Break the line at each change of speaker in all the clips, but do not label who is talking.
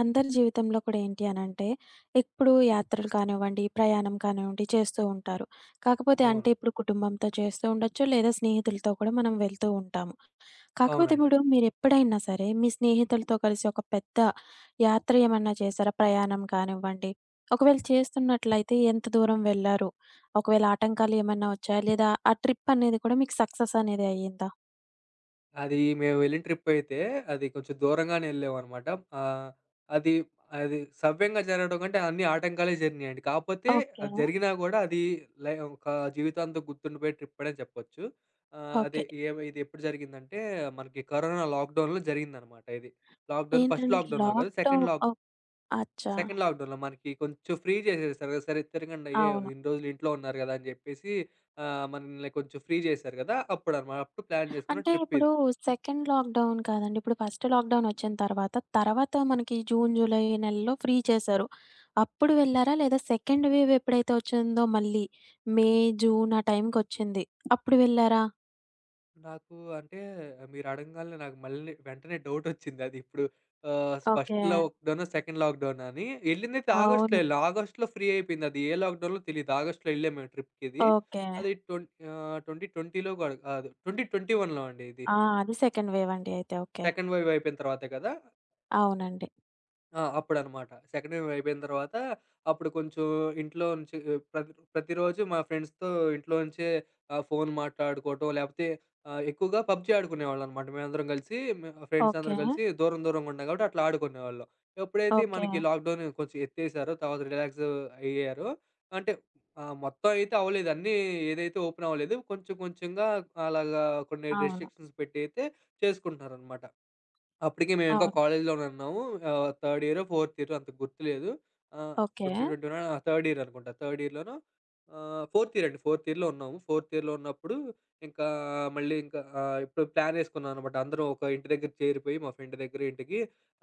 అందరి జీవితంలో కూడా ఏంటి అనంటే, ఇప్పుడు యాత్రలు కానివ్వండి, ప్రయాణం కానివ్వండి చేస్తూ ఉంటారు. కాకపోతే
అవును.
అంటే ఇప్పుడు కుటుంబంతో చేస్తూ ఉండొచ్చు, లేదా స్నేహితులతో కూడా మనం వెళ్తూ ఉంటాము. కాకపోతే
అవునండి.
ఇప్పుడు మీరెప్పుడైనా సరే మీ స్నేహితులతో కలిసి ఒక పెద్ద యాత్ర ఏమన్నా చేశారా? ప్రయాణం కానివ్వండి. ఒకవేళ చేస్తున్నట్లయితే ఎంత దూరం వెళ్లారు? ఒకవేళ ఆటంకాలు ఏమన్నా వచ్చాయా? లేదా ఆ ట్రిప్ అనేది కూడా మీకు సక్సెస్ అనేది అయ్యిందా?
అది మేము వెళ్ళిన ట్రిప్పయితే అది కొంచెం దూరంగానే ఎళ్ళామనమాట. ఆహ్, అది అది సవ్యంగా జరగడం కంటే అన్ని ఆటంకాలే జరిగినాయండి. కాపోతే
ఓకే.
అది జరిగినా గూడా అది లై ఒక జీవితాంతం గుర్తుండిపోయే ట్రిప్పనే చెప్పొచ్చు. ఆహ్, అదే
ఓకే.
ఏమి ఇది ఎప్పుడు జరిగిందంటే మనకి కరోనా లాక్‌డౌన్‌లో జరిగిందనమాట ఇది. ఫస్ట్
ఏంటండి
లాక్‌డౌన్‌లో కాదు,
లాక్‌డౌన్ ఓహ్! అచ్చా!
సెకండ్ లాక్‌డౌన్‌లో మనకి కొంచెం ఫ్రీ చేసేసారు కదా! సరే తిరగండి, అయ్యే
అవును.
ఇన్ని రోజులు ఇంట్లో ఉన్నారు గదా! అని జెప్పేసి మనల్ని కొంచెం ఫ్రీ చేశారు గదా! అప్పుడన్నమాట. అప్పుడు ప్లాన్ చేసుకున్న
అంటే
ట్రిప్
ఇప్పుడు
ఇది.
సెకండ్ లాక్‌డౌన్ కాదండి. ఇప్పుడు ఫస్ట్ లాక్‌డౌన్ వచ్చిన తర్వాత మనకి జూన్, జూలై నెలలో ఫ్రీ చేశారు. అప్పుడు వెళ్లారా? లేదా సెకండ్ వేవ్ ఎప్పుడైతే వచ్చిందో మళ్ళీ మే, జూన్ ఆ టైంకొచ్చింది. అప్పుడు వెళ్లారా?
నాకు అంటే మీరు అడగంగాల్నే నాకు మళ్ళీ వెంటనే డౌటొచ్చింది. అది ఇప్పుడు ఫస్ట్
ఓకే.
లాక్‌డౌనా? సెకండ్ లాక్‌డౌనా? అని. ఎళ్ళిందైతే ఆగస్ట్‌లో
అవును.
ఎళ్ళా. ఆగస్ట్‌లో ఫ్రీ అయిపోయింది. అది ఏ లాక్‌డౌనో తెలీదు. ఆగస్ట్‌లో ఎళ్ళాం మేము ట్రిప్‌కిది.
ఓకే.
అది 2020లో గాదు, కాదు 2021లో అండి ఇది.
ఆ! అది సెకండ్ వేవ్ అండి అయితే. ఓకే.
సెకండ్ వేవ్ అయిపోయిన తర్వాతే కదా!
అవునండి.
ఆ! అప్పుడనమాట. సెకండ్ ఇయర్ అయిపోయిన తర్వాత అప్పుడు కొంచెం ఇంట్లో నుంచి ప్రతిరోజు మా ఫ్రెండ్స్‌తో ఇంట్లో నుంచే ఫోన్ మాట్లాడుకోవటం, లేపోతే ఎక్కువగా పబ్‌జీ ఆడుకునేవాళ్ళనమాట. మేమందరం కలిసి, ఫ్రెండ్స్
ఓకే.
అందరం కలిసి దూరం దూరంగా ఉన్నాం కాబట్టి అట్లా ఆడుకునేవాళ్ళం. ఎప్పుడైతే
ఓకే.
మనకి లాక్‌డౌన్ కొంచెం ఎత్తేసారో, తర్వాత రిలాక్స్ అయ్యారో, అంటే మొత్తం అయితే అవ్వలేదు. ఏదైతే ఓపెన్ అవ్వలేదు. కొంచెం కొంచెంగా అలాగా కొన్ని
అవును.
రెస్ట్రిక్షన్స్ పెట్టి అయితే చేసుకుంటున్నారనమాట. అప్పటికి మేము ఇంకా
అవును.
కాలేజ్‌లోనే ఉన్నాము. థర్డ్ ఇయరో, ఫోర్త్ ఇయరో అంత గుర్తులేదు. ఆహ్,
ఓకే.
2021 ఆ! థర్డ్ ఇయర్ అనుకుంటా. ఫోర్త్ ఇయర్ అండి. ఫోర్త్ ఇయర్‌లో ఉన్నాము. ఫోర్త్ ఇయర్‌లో ఉన్నప్పుడు ఇంకా మళ్ళీ ఇంకా ఆహ్, ఇప్పుడు ప్లాన్ ఏసుకున్నాం అనమాట. అందరం ఒక ఇంటి దగ్గర చేరిపోయి, మా ఫ్రెండ్ దగ్గర ఇంటికి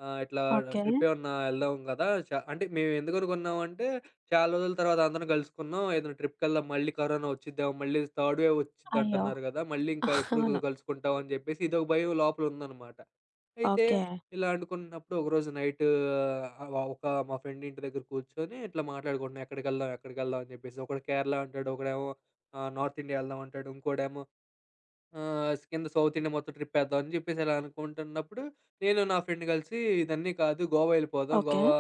ఆహ్, ఇట్లా
ఓకే.
ట్రిప్ ఏమన్నా వెళ్దాం గదా! అంటే మేము ఎందుకనుకున్నామంటే, చాలా రోజుల తర్వాత అందరం కలుసుకున్నాం. ఏదైనా ట్రిప్‌కెళ్దాం, మళ్ళీ కరోనా వచ్చిద్దేమో, మళ్ళీ థర్డ్ వేవ్
అయ్యో!
వచ్చిద్దంటున్నారు గదా! మళ్ళీ ఇంకా ఎప్పుడు
అవును.
కలుసుకుంటాం అని జెప్పేసి ఇదొక భయం లోపల ఉందనమాట. అయితే
ఓకే.
ఇలా అనుకున్నప్పుడు ఒకరోజు నైట్ ఆహ్, ఒక మా ఫ్రెండ్ ఇంటి దగ్గర కూర్చొని ఇట్లా మాట్లాడుకుంటున్నాం. ఎక్కడికెళ్దాం? ఎక్కడికెళ్దాం? అని చెప్పేసి. ఒకడు కేరళ అంటాడు. ఒకడేమో నార్త్ ఇండియా ఎళ్దాం అంటాడు. ఇంకోడేమో ఆహ్, స్ కింద సౌత్ ఇండియా మొత్తం ట్రిప్పేద్దాం అని జెప్పేసి ఇలా అనుకుంటున్నప్పుడు, నేను నా ఫ్రెండ్ కలిసి ఇదన్నీ కాదు, గోవా ఎళ్ళిపోదాం.
ఓకే.
గోవా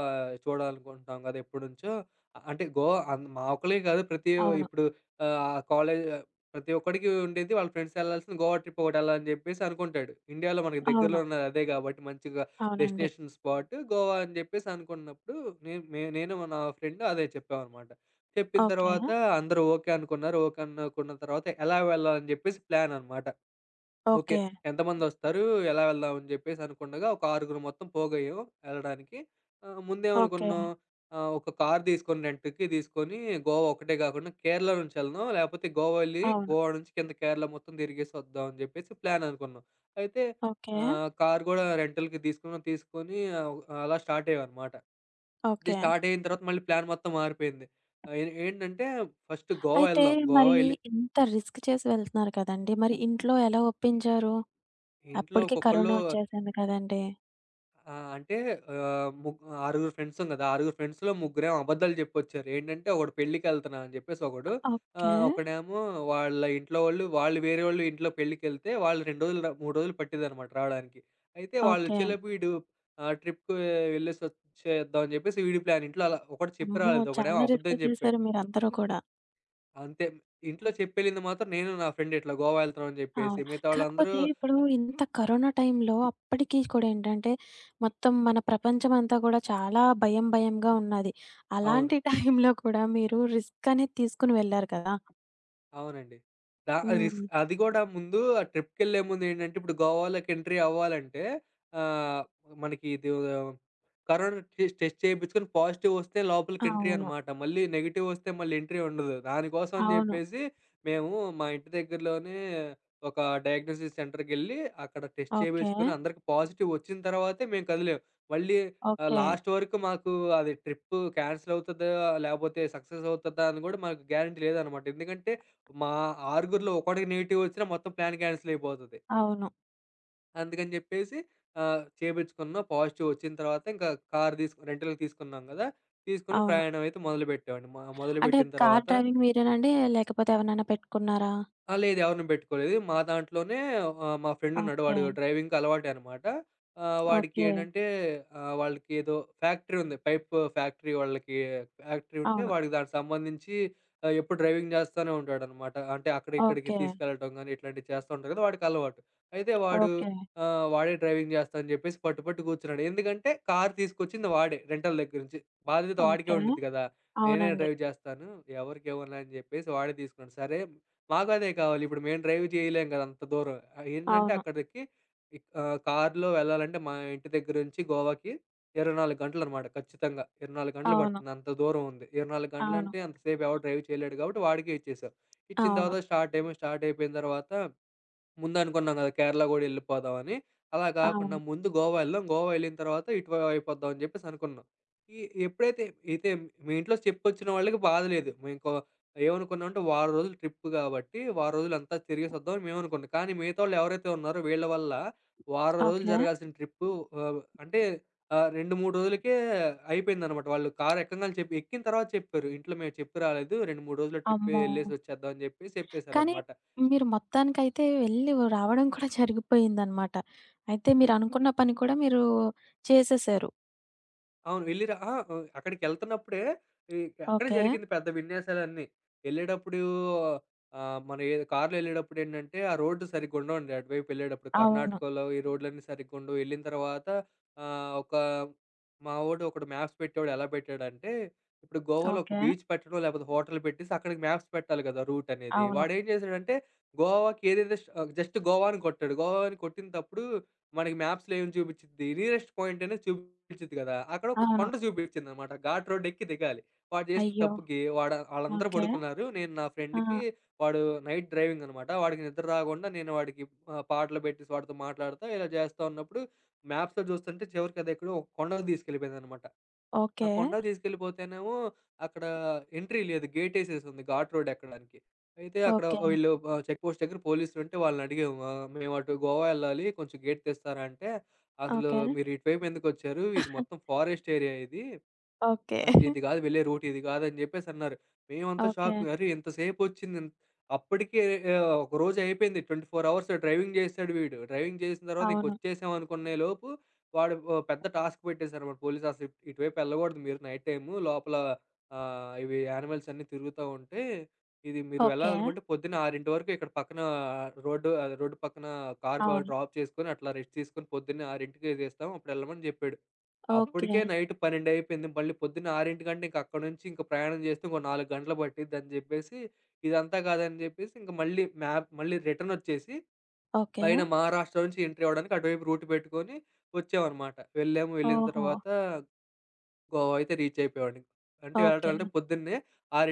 చూడాలనుకుంటున్నాం గదా! ఎప్పటినుంచో. అంటే గోవా మా ఒక్కళ్ళే కాదు,
అవును.
ఇప్పుడు కాలేజ్ ప్రతి ఒక్కడికి ఉండేది, వాళ్ళ ఫ్రెండ్స్ ఎళ్ళాల్సింది గోవా ట్రిప్ ఒకటెళ్ళాలని జెప్పేసి అనుకుంటాడు. ఇండియాలో మనకి దగ్గరలో
అవును.
ఉన్నది అదే గాబట్టి మంచిగా
అవునండి.
డెస్టినేషన్ స్పాట్ గోవా అని జెప్పేసి అనుకున్నప్పుడు, నేను నా ఫ్రెండ్ అదే చెప్పామనమాట. చెప్పిన
ఓకే.
తర్వాత అందరూ ఓకే అనుకున్నారు. ఓకే అనుకున్న తర్వాత ఎలా వెళ్ళాలని జెప్పేసి ప్లాన్ అనమాట. ఓకే.
ఓకే.
ఎంతమందొస్తారు? ఎలా వెళ్దాం అని జెప్పేసి అనుకుండగా ఒక ఆరుగురు మొత్తం పోగయ్యాం ఎళ్ళడానికి.
ఓకే.
ముందేమనుకున్నాం, ఒక కార్ తీసుకొని, రెంట్‌కి తీసుకొని గోవా ఒక్కటే గాకుండా కేరళ నుంచి ఎళ్దాం. లేపోతే గోవా ఎళ్లి
అవును.
గోవా నుంచి కింద కేరళ మొత్తం తిరిగేసి వద్దాం అని జెప్పేసి ప్లాన్ అనుకున్నాం. అయితే
ఓకే.
కార్ గూడా రెంటల్‌కి తీసుకున్నాం. తీసుకొని అలా స్టార్ట్ అయ్యామనమాట. ఇది
ఓకే.
స్టార్ట్ అయిన తర్వాత మళ్ళీ ప్లాన్ మొత్తం మారిపోయింది. ఆహ్, ఏ ఏంటంటే ఫస్ట్ గోవా
అయితే
ఎళ్దాం. గోవా
మరి
ఎళ్ళి
ఇంత రిస్క్ చేసి వెళ్తున్నారు కదండీ! మరి ఇంట్లో ఎలా ఒప్పించారు?
ఇంట్లో
అప్పటికే
ఒక్కొక్కళ్ళు
కరోనా వచ్చేసింది కదండీ!
ఆ! అంటే ఆహ్, ముగ్ ఆరుగురు ఫ్రెండ్సుం గదా! ఆరుగురు ఫ్రెండ్స్‌లో ముగ్గురేమో అబద్ధాలు జెప్పొచ్చారు. ఏంటంటే ఒకడు పెళ్ళికెళ్తున్నా అని జెప్పేసి, ఒకడు,
ఓకే.
ఒకడేమో వాళ్ళ ఇంట్లో వాళ్ళు వేరే వాళ్ళ ఇంట్లో పెళ్ళికెళ్తే వాళ్ళు 2 రోజులు 3 రోజులు పట్టిద్దనమాట రావడానికి. అయితే
ఓకే.
వాళ్ళొచ్చేలోపు వీడు ట్రిప్‌కి వెళ్ళేసొచ్చేద్దాం అని జెప్పేసి వీడి ప్లాన్. ఇంట్లో అలా ఒకడు చెప్పి
అమ్మో!
రాలేదు. ఒకడేమో
చాలా
అబద్ధం
రిస్కే
జెప్పాడు.
చేశారు మీరందరూ కూడా.
అంతే. ఇంట్లో చెప్పెళ్ళింది మాత్రం నేను, నా ఫ్రెండ్, ఇట్లా గోవా ఎళ్తున్నాం అని జెప్పేసి.
అవును.
మిగతా వాళ్ళందరూ
కాకపోతే ఇప్పుడు ఇంత కరోనా టైంలో అప్పటికి కూడా ఏంటంటే, మొత్తం మన ప్రపంచం అంతా కూడా చాలా భయం భయంగా ఉన్నది.
అవును.
అలాంటి టైంలో కూడా మీరు రిస్క్ అనేది తీసుకొని వెళ్లారు కదా!
అవునండి. దా రిస్క్
హ్మ్.
అది గూడా ముందు ఆ ట్రిప్‌కెళ్ళే ముందేంటంటే, ఇప్పుడు గోవాలోకి ఎంట్రీ అవ్వాలంటే ఆహ్, మనకి ఇది ఆ, కరోనా టెస్ట్ చేయించుకొని పాజిటివొస్తే లోపలికి ఎంట్రీ
అవును.
అనమాట. మళ్ళీ నెగెటివొస్తే మళ్ళీ ఎంట్రీ ఉండదు. దానికోసం అని
అవును.
జెప్పేసి మేము మా ఇంటి దగ్గరలోనే ఒక డయాగ్నోసిస్ సెంటర్‌కెళ్ళి అక్కడ టెస్ట్
ఓకే.
చేపించుకొని అందరికి పాజిటివ్ వచ్చిన తర్వాతే మేము కదిలాం. మళ్ళీ
ఓకే.
లాస్ట్ వరకు మాకు అది ట్రిప్పు క్యాన్సిల్ అవుతదా? లేపోతే సక్సెస్ అవుతదా? అని గూడా మాకు గ్యారంటీ లేదనమాట. ఎందుకంటే మా ఆరుగురిలో ఒకడికి నెగెటివ్ వచ్చినా మొత్తం ప్లాన్ క్యాన్సిల్ అయిపోతది.
అవును.
అందుకని జెప్పేసి చేపించుకున్నాం. పాజిటివ్ వచ్చిన తర్వాత ఇంకా కార్ తీసుకు రెంటల్‌కి తీసుకున్నాం గదా! తీసుకొని
అవును.
ప్రయాణం అయితే మొదలుపెట్టామండి.
అంటే
మొదలుపెట్టిన
కార్
తర్వాత
డ్రైవింగ్ మీరేనండి? లేకపోతే ఎవరినైనా పెట్టుకున్నారా?
ఆ! లేదు, ఎవరిని పెట్టుకోలేదు. మా దాంట్లోనే మా ఫ్రెండ్ ఉన్నాడు.
ఓకే.
వాడు డ్రైవింగ్‌కి అలవాటే అనమాట. వాడికి
ఓకే.
ఏంటంటే, వాళ్ళకి ఏదో ఫ్యాక్టరీ ఉంది. పైప్ ఫ్యాక్టరీ వాళ్ళకి. ఫ్యాక్టరీ ఉంటే
అవును.
వాడికి దానికి సంబంధించి ఎప్పుడు డ్రైవింగ్ చేస్తూనే ఉంటాడనమాట. అంటే అక్కడిక్కడికి
ఓకే.
తీసుకెళ్ళటం గానీ ఇట్లాంటివి చేస్తూ ఉంటారు కదా! వాడికి అలవాటు. అయితే వాడు
ఓకే.
వాడే డ్రైవింగ్ చేస్తా అని చెప్పేసి పట్టు పట్టు కూర్చున్నాడు. ఎందుకంటే కారు తీసుకొచ్చింది వాడే రెంటల్ దగ్గర నుంచి. బాధ్యత వాడికే
ఓకే.
ఉండిద్ది కదా! నేనే
అవునండి.
డ్రైవ్ చేస్తాను. ఎవరికివ్వనులే అని చెప్పేసి వాడే తీసుకున్నాడు. సరే, మాకు అదే కావాలి. ఇప్పుడు మేము డ్రైవ్ చేయలేం కదా! అంత దూరం. ఏంటంటే
అవును.
అక్కడికి కార్‌లో వెళ్ళాలంటే మా ఇంటి దగ్గర నుంచి గోవాకి 24 గంటలనమాట ఖచ్చితంగా. 24 గంటలు
అవును.
పడుతుంది. అంత దూరం ఉంది. 24
అవును.
గంటలంటే అంతసేపు ఎవడు డ్రైవ్ చేయలేడు కాబట్టి వాడికే ఇచ్చేసాం. ఇచ్చిన
అవును.
తర్వాత స్టార్ట్ అయ్యాము. స్టార్ట్ అయిపోయిన తర్వాత ముందనుకున్నాం గదా! కేరళ గూడా యెళ్ళిపోదామని. అలా గాకుండా
అవును.
ముందు గోవా యెళ్దాం. గోవా యెళ్ళిన తర్వాత ఇటు అయిపోద్దాం అని జెప్పేసి అనుకున్నాం. ఈ ఎప్పుడైతే అయితే మీ ఇంట్లో చెప్పొచ్చిన వాళ్ళకి బాధ లేదు. మేము కొ ఏమనుకున్నామంటే వారం రోజులు ట్రిప్ గాబట్టి, వారం రోజులంతా తిరిగేసొద్దామని మేమనుకున్నాం. కానీ మిగతావాళ్ళు ఎవరైతే ఉన్నారో వీళ్ళ వల్ల వారం రోజులు
ఓకే.
జరగాల్సిన ట్రిప్పు ఆహ్, అంటే 2, 3 రోజులకే అయిపోయిందనమాట. వాళ్ళు కారు ఎక్కంగానే చెప్పి, ఎక్కిన తర్వాత చెప్పారు. ఇంట్లో మేము చెప్పి రాలేదు, 2, 3 రోజుల్లో ట్రిప్
అమ్మో!
యెళ్ళేసి వచ్చేద్దాం అని జెప్పేసి
కానీ
చెప్పేసారనమాట.
మీరు మొత్తానికైతే వెళ్లి రావడం కూడా జరిగిపోయిందనమాట. అయితే మీరనుకున్న పని కూడా మీరు చేసేసారు.
అవును. వెళ్లి రా అహా! ఆహ్, అక్కడికెళ్తున్నప్పుడే ఈ అక్కడే
ఓకే.
జరిగింది పెద్ద విన్యాసాలన్నీ. ఎళ్ళేటప్పుడు మనం ఏదో కారులో ఎళ్ళేటప్పుడు ఏంటంటే, ఆ రోడ్డు సరిగ్గుండవండి అటువైపు ఎళ్ళేటప్పుడు.
అవును.
కర్ణాటకలో ఈ రోడ్‌లన్నీ సరిగ్గుండవు. ఎళ్ళిన తర్వాత ఆహ్, ఒక మా వోడు ఒకడు మ్యాప్స్ పెట్టేవాడు. ఎలా పెట్టాడంటే, ఇప్పుడు గోవాలో ఒక
ఓకే.
బీచ్ పెట్టడం, లేపోతే హోటల్ పెట్టేసి అక్కడికి మ్యాప్స్ పెట్టాలి కదా! రూట్ అనేది.
అవును.
వాడేం చేసాడంటే, గోవాకి జస్ట్ గోవా అని కొట్టాడు. గోవా అని కొట్టినప్పుడు మనకి మ్యాప్స్‌లో ఏం చూపిచ్చిద్ది? నియరెస్ట్ పాయింట్ అనేది చూపిచ్చిద్ది కదా! అక్కడ ఒక
అవును.
కొండ చూపిచ్చిందనమాట. ఘాట్ రోడ్ ఎక్కి దిగాలి. వాడు చేసిన
అయ్యో!
తప్పుకి ఆళ్ళందరూ
ఓకే.
పడుకున్నారు. నేను నా
ఆ!
ఫ్రెండ్‌కి వాడు నైట్ డ్రైవింగ్ అనమాట. వాడికి నిద్ర రాకుండా నేను వాడికి పాటలు పెట్టేసి వాడితో మాట్లాడుతా ఇలా చేస్తా ఉన్నప్పుడు మ్యాప్స్‌లో చూస్తుంటే చివరికి అదెక్కడో ఒక కొండకు తీసుకెళ్ళిపోయిందనమాట. ఆ
ఓకే.
కొండకు తీసుకెళ్ళిపోతేనేమో అక్కడ ఎంట్రీ లేదు. గేటేసేసుంది ఘాట్ రోడ్ ఎక్కడానికి. అయితే అక్కడ
ఓకే.
వీళ్ళు చెక్ పోస్ట్ దగ్గర పోలీసులుంటే వాళ్ళనడిగాము. "మేము అటు గోవా యెళ్ళాలి. కొంచెం గేట్ తీస్తారా?" అంటే, "అసలు
ఓకే.
మీరు ఇటువైపు ఎందుకొచ్చారు? ఇది మొత్తం ఫారెస్ట్ ఏరియా ఇది.
ఓకే.
అసలిది గాదు వెళ్ళే రూట్. ఇది గాదని" జెప్పేసన్నారు. మేమంతా
ఓకే.
షాకు. అరే! ఇంతసేపొచ్చింది. అప్పటికే ఒక రోజయిపోయింది. 24 అవర్స్ డ్రైవింగ్ జేశాడు వీడు. డ్రైవింగ్ జేసిన తర్వాత
అవును.
ఇంకొచ్చేసాం అనుకునే లోపు పెద్ద టాస్క్ పెట్టేసారన్నమాట పోలీసులు. అసలు ఇటువైపెళ్ళగూడదు మీరు నైట్ టైము. లోపల ఇవి యానిమల్స్ అన్నీ తిరుగుతా ఉంటే, ఇది మీరు
ఓకే.
వెళ్ళాలనుకుంటే పొద్దున్న 6 వరకు ఇక్కడ పక్కన రోడ్డు పక్కన కార్ బ
అవును.
డ్రాప్ చేసుకొని అట్లా రెస్ట్ తీసుకొని పొద్దున్నే 6కి తీస్తాం. అప్పుడు ఎళ్ళమని జెప్పాడు. అప్పటికే
ఓకే.
నైట్ 12 అయిపోయింది. మళ్ళీ పొద్దున్న 6కి ఇంక అక్కడి నుంచి ఇంక ప్రయాణం చేస్తే ఇంకో 4 గంటలు పట్టిద్దని జెప్పేసి, ఇదంతా కాదని జెప్పేసి ఇంక మళ్ళీ మ్యాప్ మళ్ళీ రిటర్న్ వచ్చేసి,
ఓకే.
పైన మహారాష్ట్ర నుంచి ఎంట్రీ అవ్వడానికి అటువైపు రూట్ పెట్టుకొని వచ్చామనమాట. వెళ్ళాము. వెళ్ళిన
ఓహో!
తర్వాత గోవా అయితే రీచ్ అయిపోయామండి. అంటే వెళ్ళటం
ఓకే.
అంటే పొద్దున్నే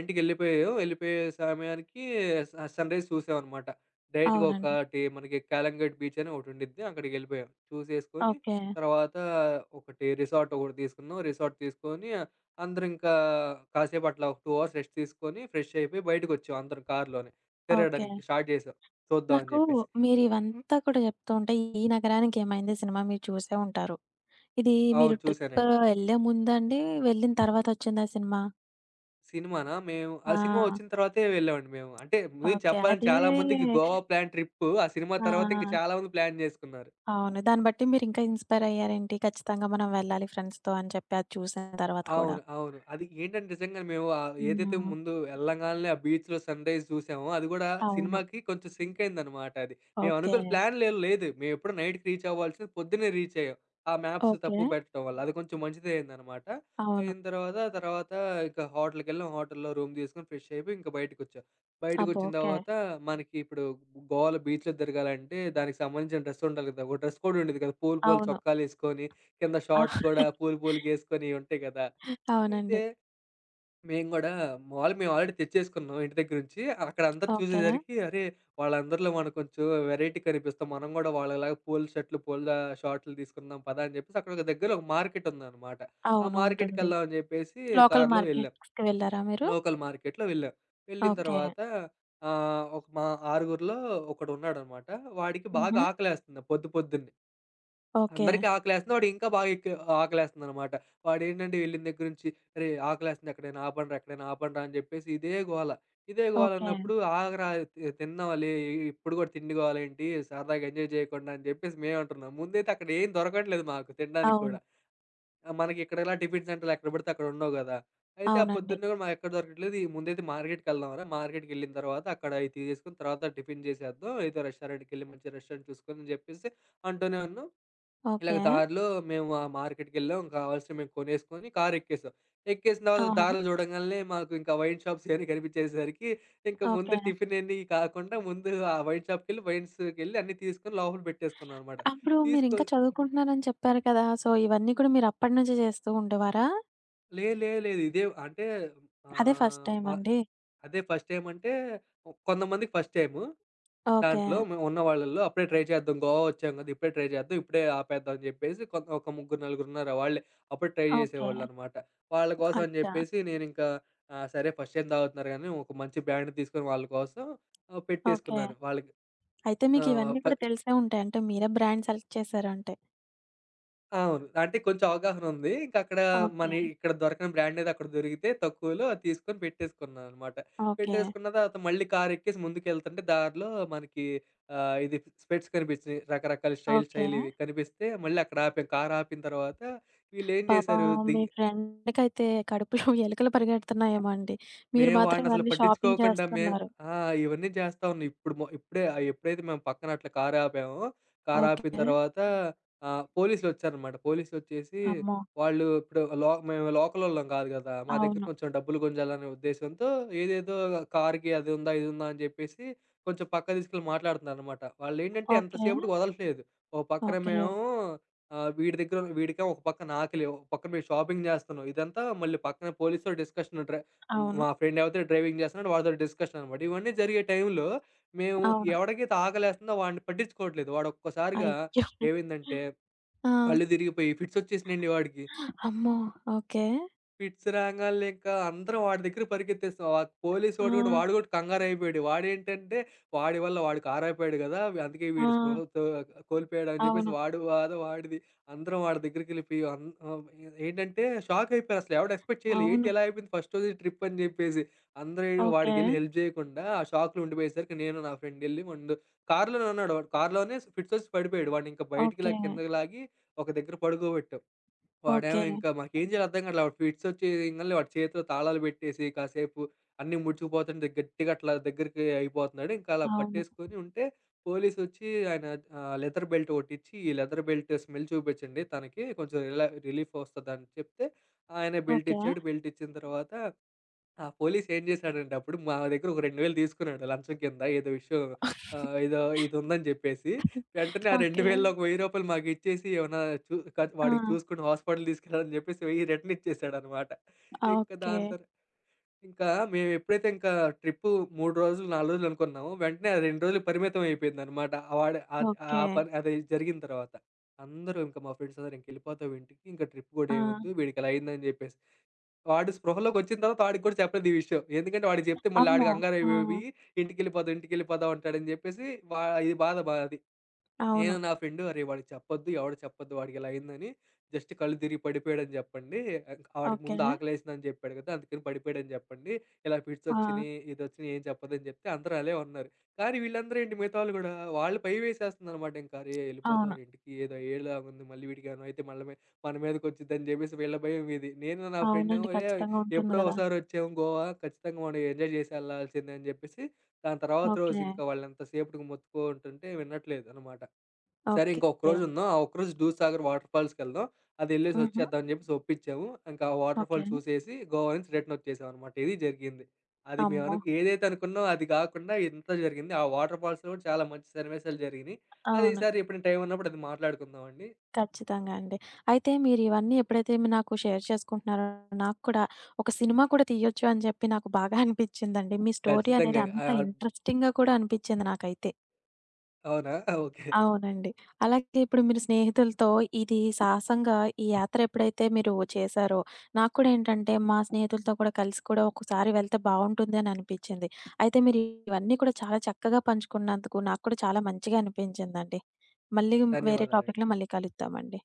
6కి వెళ్ళిపోయాం. వెళ్ళిపోయే సమయానికి సన్‌రైజ్ చూసామనమాట. డైరెక్ట్‌గా
అవునండి.
ఒకటి మనకి కాలంగట్ బీచ్ అని ఒకటి ఉండిద్ది. అక్కడికి వెళ్ళిపోయాం. చూసేసుకొని
ఓకే.
తర్వాత ఒకటి రిసార్ట్ ఒకటి తీసుకున్నాం. రిసార్ట్ తీసుకొని అందరం ఇంకా కాసేపు అట్లా ఒక 2 అవర్స్ రెస్ట్ తీసుకొని ఫ్రెష్ అయిపోయి బయటకొచ్చాం అందరం కారులోనే.
ఓకే.
తిరగడానికి స్టార్ట్ చేసాం చూద్దాం అని
నాకు
చెప్పేసి.
మీరివంతా కూడా చెప్తూ ఉంటే ఈ నగరానికి ఏమైంది సినిమా మీరు చూసే ఉంటారు. ఇది
అవును,
మీరు ట్రిప్
చూసానండి.
ఎళ్ళే ముందండి? వెళ్ళిన తర్వాత వచ్చిందా సినిమా?
సినిమానా? మేము ఆ సినిమా
ఆ!
వచ్చిన తర్వాతే వెళ్ళామండి మేము. అంటే ముందు
ఓకే.
చెప్పాలంటే
అదే
చాలా మందికి గోవా ప్లాన్ ట్రిప్పు. ఆ సినిమా
ఆ!
తర్వాత ఇంక చాలా మంది ప్లాన్ చేసుకున్నారు.
అవును. దాన్ని బట్టి మీరింకా ఇన్‌స్పైర్ అయ్యారేంటి? ఖచ్చితంగా మనం వెళ్ళాలి ఫ్రెండ్స్‌తో అని చెప్పి అది చూసిన తర్వాత కూడా.
అవును. అవును. అది ఏంటంటే నిజంగానే మేము ఏదైతే
హ్మ్.
ముందు ఎళ్ళంగాల్నే ఆ బీచ్‌లో సన్‌రైజ్ చూసామో, అది గూడా
అవును.
సినిమాకి కొంచెం సింక్ అయిందనమాట అది. మేము
ఓకే.
అనుకున్న ప్లాన్‌లేం లేదు. మేమెప్పుడో నైట్‌కి రీచ్ అవ్వాల్సింది పొద్దున్నే రీచ్ అయ్యాం. ఆ మ్యాప్స్
ఓకే.
తప్పు పెట్టడం వల్ల. అది కొంచెం మంచిదే అయిందనమాట.
అవును.
అయిన తర్వాత ఇక హోటల్‌కెళ్ళాం. హోటల్‌లో రూమ్ తీసుకొని ఫ్రెష్ అయిపోయి ఇంక బయటకొచ్చాం.
అబ్బో!
బయటకొచ్చిన
ఓకే.
తర్వాత మనకి ఇప్పుడు గోవాలో బీచ్‌లో తిరగాలంటే దానికి సంబంధించిన డ్రెస్ ఉండాలి కదా! ఒక డ్రెస్ కోడ్ ఉండేది కదా! పూలు పూల
అవును.
చొక్కాలేసుకొని, కింద షార్ట్స్ కూడా పూలు పూలుగేసుకొని ఇయుంటాయి కదా! అయితే
అవునండి.
మేము గూడా మాములుగా మేము ఆల్రెడీ తెచ్చేసుకున్నాం ఇంటి దగ్గర నుంచి. అక్కడ అందరూ
ఓకే.
చూసేసరికి అరే! వాళ్ళందరిలో మనం కొంచెం వెరైటీ కనిపిస్తాం. మనం గూడా వాళ్ళలాగా పూల షర్టులు, పూల షార్ట్‌లు తీసుకుందాం పదా! అని జెప్పేసి అక్కడ ఒక దగ్గరలో ఒక మార్కెట్ ఉందనమాట. ఆ
అవును. ఉంటుంది.
మార్కెట్‌కెళ్దాం అని జెప్పేసి
లోకల్
కార్‌లో వెళ్ళాం.
మార్కెట్స్‌కి వెళ్లారా మీరు?
లోకల్ మార్కెట్‌లో వెళ్ళాం. వెళ్ళిన
ఓకే.
తర్వాత ఆహ్, ఒక మా ఆరుగురిలో ఒకడున్నాడనమాట. వాడికి బాగా
హుహు.
ఆకలేస్తుంది పొద్దున్నే.
ఓకే.
అందరికి ఆకలేస్తుంది. వాడు ఇంకా బాగా ఎక్కువ ఆకలేస్తుందనమాట. వాడేంటంటే వెళ్ళిన దగ్గర నుంచి "అరే! ఆకలేస్తుంది, ఎక్కడైనా ఆపండ్రా, ఎక్కడైనా ఆపండ్రా" అని చెప్పేసి ఇదే గోల. ఇదే గోల
ఓకే.
అన్నప్పుడు "ఆగరా, తిందాంలే, ఇప్పుడు కూడా తిండి గోల ఏంటి? సరదాగా ఎంజాయ్ చేయకుండా" అని చెప్పేసి మేమంటున్నాం. ముందైతే అక్కడ ఏం దొరకట్లేదు మాకు తినడానికి కూడా.
అవును.
ఆ, మనకి ఇక్కడ ఇలా టిఫిన్ సెంటర్‌లు ఎక్కడ పడితే అక్కడ ఉండవు గదా! అయితే ఆ
అవునండి.
పొద్దున్న కూడా మాకు ఎక్కడ దొరకట్లేదు. ఈ ముందైతే మార్కెట్‌కెళ్దాంరా, మార్కెట్‌కెళ్ళిన తర్వాత అక్కడ అయి తీసేసుకొని తర్వాత టిఫిన్ చేసేద్దాం. ఏదో రెస్టారెంట్‌కెళ్ళి మంచి రెస్టారెంట్ చూసుకొని అని చెప్పేసి అంటూనే ఉన్నాం. ఇలాగ
ఓకే.
దారిలో మేము ఆ మార్కెట్‌కెళ్ళాం. కావాల్సినవి మేము కొనేసుకొని కారు ఎక్కేసాం. ఎక్కేసిన తర్వాత
ఆహా!
దారిలో చూడంగాల్నే మాకు ఇంకా వైన్ షాప్స్ ఇయన్నీ కనిపించేసరికి ఇంకా ముందు
ఓకే.
టిఫిన్ ఇయన్నీ కాకుండా ముందు ఆ వైన్ షాప్‌కెళ్ళి వైన్స్‌కెళ్ళి అన్నీ తీసుకొని లోపల పెట్టేసుకున్నాం అనమాట.
అప్పుడు
తీసుకో
మీరింకా చదువుకుంటున్నారని చెప్పారు కదా! సో, ఇవన్నీ కూడా మీరు అప్పటి నుంచే చేస్తూ ఉండేవారా?
లే లే లేదు. ఇదే అంటే
అదే ఫస్ట్
ఆహ్, మా
టైమా అండి?
అదే ఫస్ట్ టైమ్ అంటే కొంతమందికి ఫస్ట్ టైము.
ఓకే.
దాంట్లో మేము ఉన్న వాళ్ళలో అప్పుడే ట్రై చేద్దాం. గోవా వచ్చాం కదా! ఇప్పుడే ట్రై చేద్దాం. ఇప్పుడే ఆపేద్దాం అని చెప్పేసి కొంత ఒక ముగ్గురు, నలుగురున్నారు వాళ్ళే. అప్పుడు ట్రై
ఓకే.
చేసేవాళ్ళనమాట. వాళ్ళ కోసం అని
అచ్చా!
చెప్పేసి నేనింకా సరే ఫస్ట్ టైమ్ తాగుతున్నారు కానీ ఒక మంచి బ్రాండ్ తీసుకొని వాళ్ళ కోసం
ఓకే.
పెట్టేసుకున్నాను. వాళ్ళకి
అయితే మీకు
ఆహ్,
ఇవన్నీ
ఫ
కూడా తెలిసే ఉంటాయి. అంటే మీరే బ్రాండ్ సెలెక్ట్ చేశారంటే.
అవును. అంటే కొంచెం అవగాహనుంది. ఇంకక్కడ
ఓకే.
ఇక్కడ దొరకని బ్రాండేది అక్కడ దొరికితే తక్కువలో అది తీసుకొని పెట్టేసుకున్నాననమాట.
ఓకే.
పెట్టేసుకున్న తర్వాత మళ్ళీ కారెక్కేసి ముందుకెళ్తుంటే దారిలో మనకి ఆహ్, ఇది స్పెట్స్ కనిపించినియి. రకరకాల స్టైల్
ఓకే.
స్టైల్‌వి కనిపిస్తే మళ్ళీ అక్కడ ఆపాం. కారాపిన తర్వాత వీళ్ళేం
పాపం
జేశారు ది
మీ ఫ్రెండ్‌కైతే కడుపులో ఎలుకలు పరిగెడుతున్నాయేమో అండి. మీరు
మేము
మాత్రం
వాడినసలు
ఇవన్నీ షాపింగ్
పట్టించుకోకుండా మేం
చేస్తున్నారు.
ఆ! ఇవన్నీ చేస్తా ఉన్నాం. ఇప్పుడు మొ ఇప్పుడే ఎప్పుడైతే మేము పక్కన అట్లా కారు ఆపామో, కారు ఆపిన
ఓకే.
తర్వాత పోలీసులొచ్చారనమాట. పోలీసులొచ్చేసి
అమ్మో!
వాళ్ళు ఇప్పుడు మేము లోకలోళ్ళం కాదు కదా! మా దగ్గర
అవును.
కొంచెం డబ్బులు గుంజాలనే ఉద్దేశ్యంతో ఏదేదో కార్‌కి అది ఉందా, ఇది ఉందా అని చెప్పేసి కొంచెం పక్కకు తీసుకెళ్ళి మాట్లాడుతున్నారనమాట. వాళ్ళేంటంటే
ఓకే.
ఎంతసేపటికి వదలట్లేదు. ఓ పక్కన
ఓకే.
మేమేమో ఆహ్, వీడి దగ్గర వీడికేమో ఒక పక్కన ఆకలి, ఒక పక్కన మేము షాపింగ్ చేస్తున్నాం. ఇదంతా మళ్ళీ పక్కన పోలీసుతో డిస్కషన్ డ్రై హ్మ్.
అవును.
మా ఫ్రెండ్ ఎవరితో డ్రైవింగ్ చేస్తున్నాడో వాడితోటి డిస్కషన్ అనమాట. ఇవన్నీ జరిగే టైంలో మేము
అవును.
ఎవడికైతే ఆకలేస్తుందో వాడిని పట్టించుకోవట్లేదు. వాడొక్కసారిగా
అయ్యో!
ఏమైందంటే
ఆ!
కళ్ళు తిరిగిపోయి ఫిట్సొచ్చేసినియండి వాడికి.
అమ్మో! ఓకే.
ఫిట్స్ రాంగాల్నే ఇంకా అందరం వాడి దగ్గరికి పరిగెత్తేస్తాం. ఆ పోలీసు
ఆ!
వాడు గూడా కంగారైపోయాడు. వాడేంటంటే వాడి వల్ల వాడు కారైపోయాడు గదా! అందుకే
ఆ!
వీడు స్పృహ తో కోల్పోయాడని జెప్పేసి
అవును.
వాడు బాధ వాడిది. అందరం వాడి దగ్గరికెళ్ళిపోయి ఏంటంటే షాకయిపోయారు. అసలు ఎవడు ఎక్స్‌పెక్ట్ చేయలే. ఏంటి
అవును.
ఇలా అయిపోయింది ఫస్ట్ రోజే ట్రిప్ అని జెప్పేసి. అందరూ
ఓకే.
వాడికెళ్ళి హెల్ప్ జేయకుండా ఆ షాక్‌లో ఉండిపోయేసరికి నేను నా ఫ్రెండ్ ఎళ్లి ముందు కార్‌లోనే ఉన్నాడు వాడు. కార్‌లోనే ఫిట్సొచ్చి పడిపోయాడు. వాడినింక బయటికి
ఓకే.
లాగి కిందకి లాగి ఒక దగ్గర పడుకోబెట్టాం. వాడేమో
ఓకే.
ఇంకా మాకేం చేయాలో అర్థం కాట్లే. వాడు ఫిట్సొచ్చేయంగాల్నే వాడి చేతిలో తాళాలు పెట్టేసి, కాసేపు అన్నీ ముడుచుకుపోతుంటే గట్టిగా అట్లా దగ్గరికి అయిపోతున్నాడు. ఇంకా అలా
అవును.
పట్టేసుకొని ఉంటే పోలీసొచ్చి ఆయన లెదర్ బెల్ట్ ఒకటిచ్చి, "ఈ లెదర్ బెల్ట్ స్మెల్ చూపించండి తనకి. కొంచెం రిలీఫ్ వస్తదని" చెప్తే ఆయన
ఓకే.
బెల్టిచ్చాడు. బెల్టిచ్చిన తర్వాత ఆ పోలీస్ ఏం చేశాడంటే అప్పుడు మా దగ్గర ఒక 2,000 తీసుకున్నాడు లంచం కింద ఏదో ఇది ఉందని చెప్పేసి. వెంటనే ఆ
ఓకే.
2,000లో ఒక రూ. 1000 మాకు ఇచ్చేసి ఏమన్నా చూ కట్
ఆ!
వాడికి చూసుకొని హాస్పిటల్ తీసుకెళ్ళని చెప్పేసి 1000 రిటర్న్ ఇచ్చేసాడనమాట. ఇంక
ఓకే.
దాని తర్ ఇంకా మేము ఎప్పుడైతే ఇంకా ట్రిప్పు 3 రోజులు, 4 రోజులు అనుకున్నామో వెంటనే ఆ 2 రోజులు పరిమితం అయిపోయిందనమాట. వాడు ఆద్ ఆ
ఓకే.
పని అది జరిగిన తర్వాత అందరూ ఇంక మా ఫ్రెండ్స్ అందరూ ఇంకెళ్ళిపోతాం ఇంటికి. ఇంక ట్రిప్ కూడా
ఆ!
ఏమొద్దు వీడికిలా అయిందని చెప్పేసి వాడు స్పృహలోకొచ్చిన తర్వాత వాడికి కూడా చెప్పలేదు ఈ విషయం. ఎందుకంటే వాడికి చెప్తే మళ్ళీ ఆడు
అమ్మో! ఆ!
కంగారైపోయి ఇంటికెళ్ళిపోదాం, ఇంటికెళ్ళిపోదాం అంటాడని చెప్పేసి వా ఇది బాధ అది. నేను
అవును.
నా ఫ్రెండు "అరేయ్! వాడికి చెప్పొద్దు. ఎవడు చెప్పొద్దు వాడికి ఇలా అయిందని. జస్ట్ కళ్ళు తిరిగి పడిపోయాడని చెప్పండి. ఆడికి
ఓకే.
ముందు ఆకలేసిందని చెప్పాడు కదా! అందుకని పడిపోయాడని చెప్పండి. ఇలా
ఆ!
ఫిట్సొచ్చినియి, ఇదొచ్చినియి ఏం చెప్పొద్దని" చెప్తే అందరూ అలే ఉన్నారు. కానీ వీళ్ళందరూ ఏంటి మిగతా వాళ్ళు గూడా వాళ్ళు భయమేసేస్తుందనమాట ఇంక. "అరేయ్!
అవును.
యెళ్ళిపోతావురా ఇంటికి. ఏదో అయ్యేలాగా ఉంది. మళ్ళీ వీడికేమైనా అయితే మళ్ళ మే మన మీదకొచ్చిద్దని" చెప్పేసి వీళ్ళ భయం ఇది. నేను నా ఫ్రెండేమో
అవునండి.
"ఏయ్!
ఖచ్చితంగా ఉంటుంది
ఎప్పుడో
గదా!
ఒకసారి వచ్చాము గోవా. ఖచ్చితంగా మనం ఎంజాయ్ చేసి ఎళ్ళాల్సిందే" అని చెప్పేసి దాని తర్వాత రోజు
ఓకే.
ఇంకా వాళ్ళెంత సేపటికి మొత్తుకుంటుంటే వినట్లేదనమాట. సరే
ఓకే.
ఇంక ఒక్కరోజు ఉందాం. ఆ ఒక్కరోజు 'దూద్‌సాగర్' వాటర్ ఫాల్స్‌కెళ్దాం. అదెళ్ళేసి
హుహు.
వచ్చేద్దాం అని చెప్పేసి ఒప్పించాము. ఇంకా ఆ వాటర్
ఓకే.
ఫాల్ చూసేసి గోవా నుంచి రిటర్న్ వచ్చేసామనమాట. ఇది జరిగింది. అది మేము
అమ్మో!
ఏదైతే అనుకున్నామో అది కాకుండా ఇంత జరిగింది. ఆ వాటర్ ఫాల్స్‌లో కూడా చాలా మంచి సన్నివేశాలు జరిగినియి. అది
అవును.
ఈసారి ఎప్పుడైనా టైం ఉన్నప్పుడు అది మాట్లాడుకుందామండి.
ఖచ్చితంగా అండి. అయితే మీరు ఇవన్నీ ఎప్పుడైతే మీ నాకు షేర్ చేసుకుంటున్నారో నాకు కూడా ఒక సినిమా కూడా తీయొచ్చు అని చెప్పి నాకు బాగా అనిపిచ్చిందండి. మీ స్టోరీ
ఖచ్చితంగా.
అనేది అంత ఇంట్రెస్టింగ్‌గా కూడా అనిపిచ్చింది నాకైతే.
అవునా? ఓకే.
అవునండి. అలాగే ఇప్పుడు మీరు స్నేహితులతో ఇది సాహసంగా ఈ యాత్ర ఎప్పుడైతే మీరు చేశారో, నాకు కూడా ఏంటంటే మా స్నేహితులతో కూడా కలిసి కూడా ఒకసారి వెళ్తే బావుంటుంది అని అనిపించింది. అయితే మీరు ఇవన్నీ కూడా చాలా చక్కగా పంచుకున్నందుకు నాకు కూడా చాలా మంచిగా అనిపించిందండి. మళ్ళీ వేరే
ధన్యవాదాలండి.
టాపిక్‌లో మళ్ళీ కలుద్దామండి.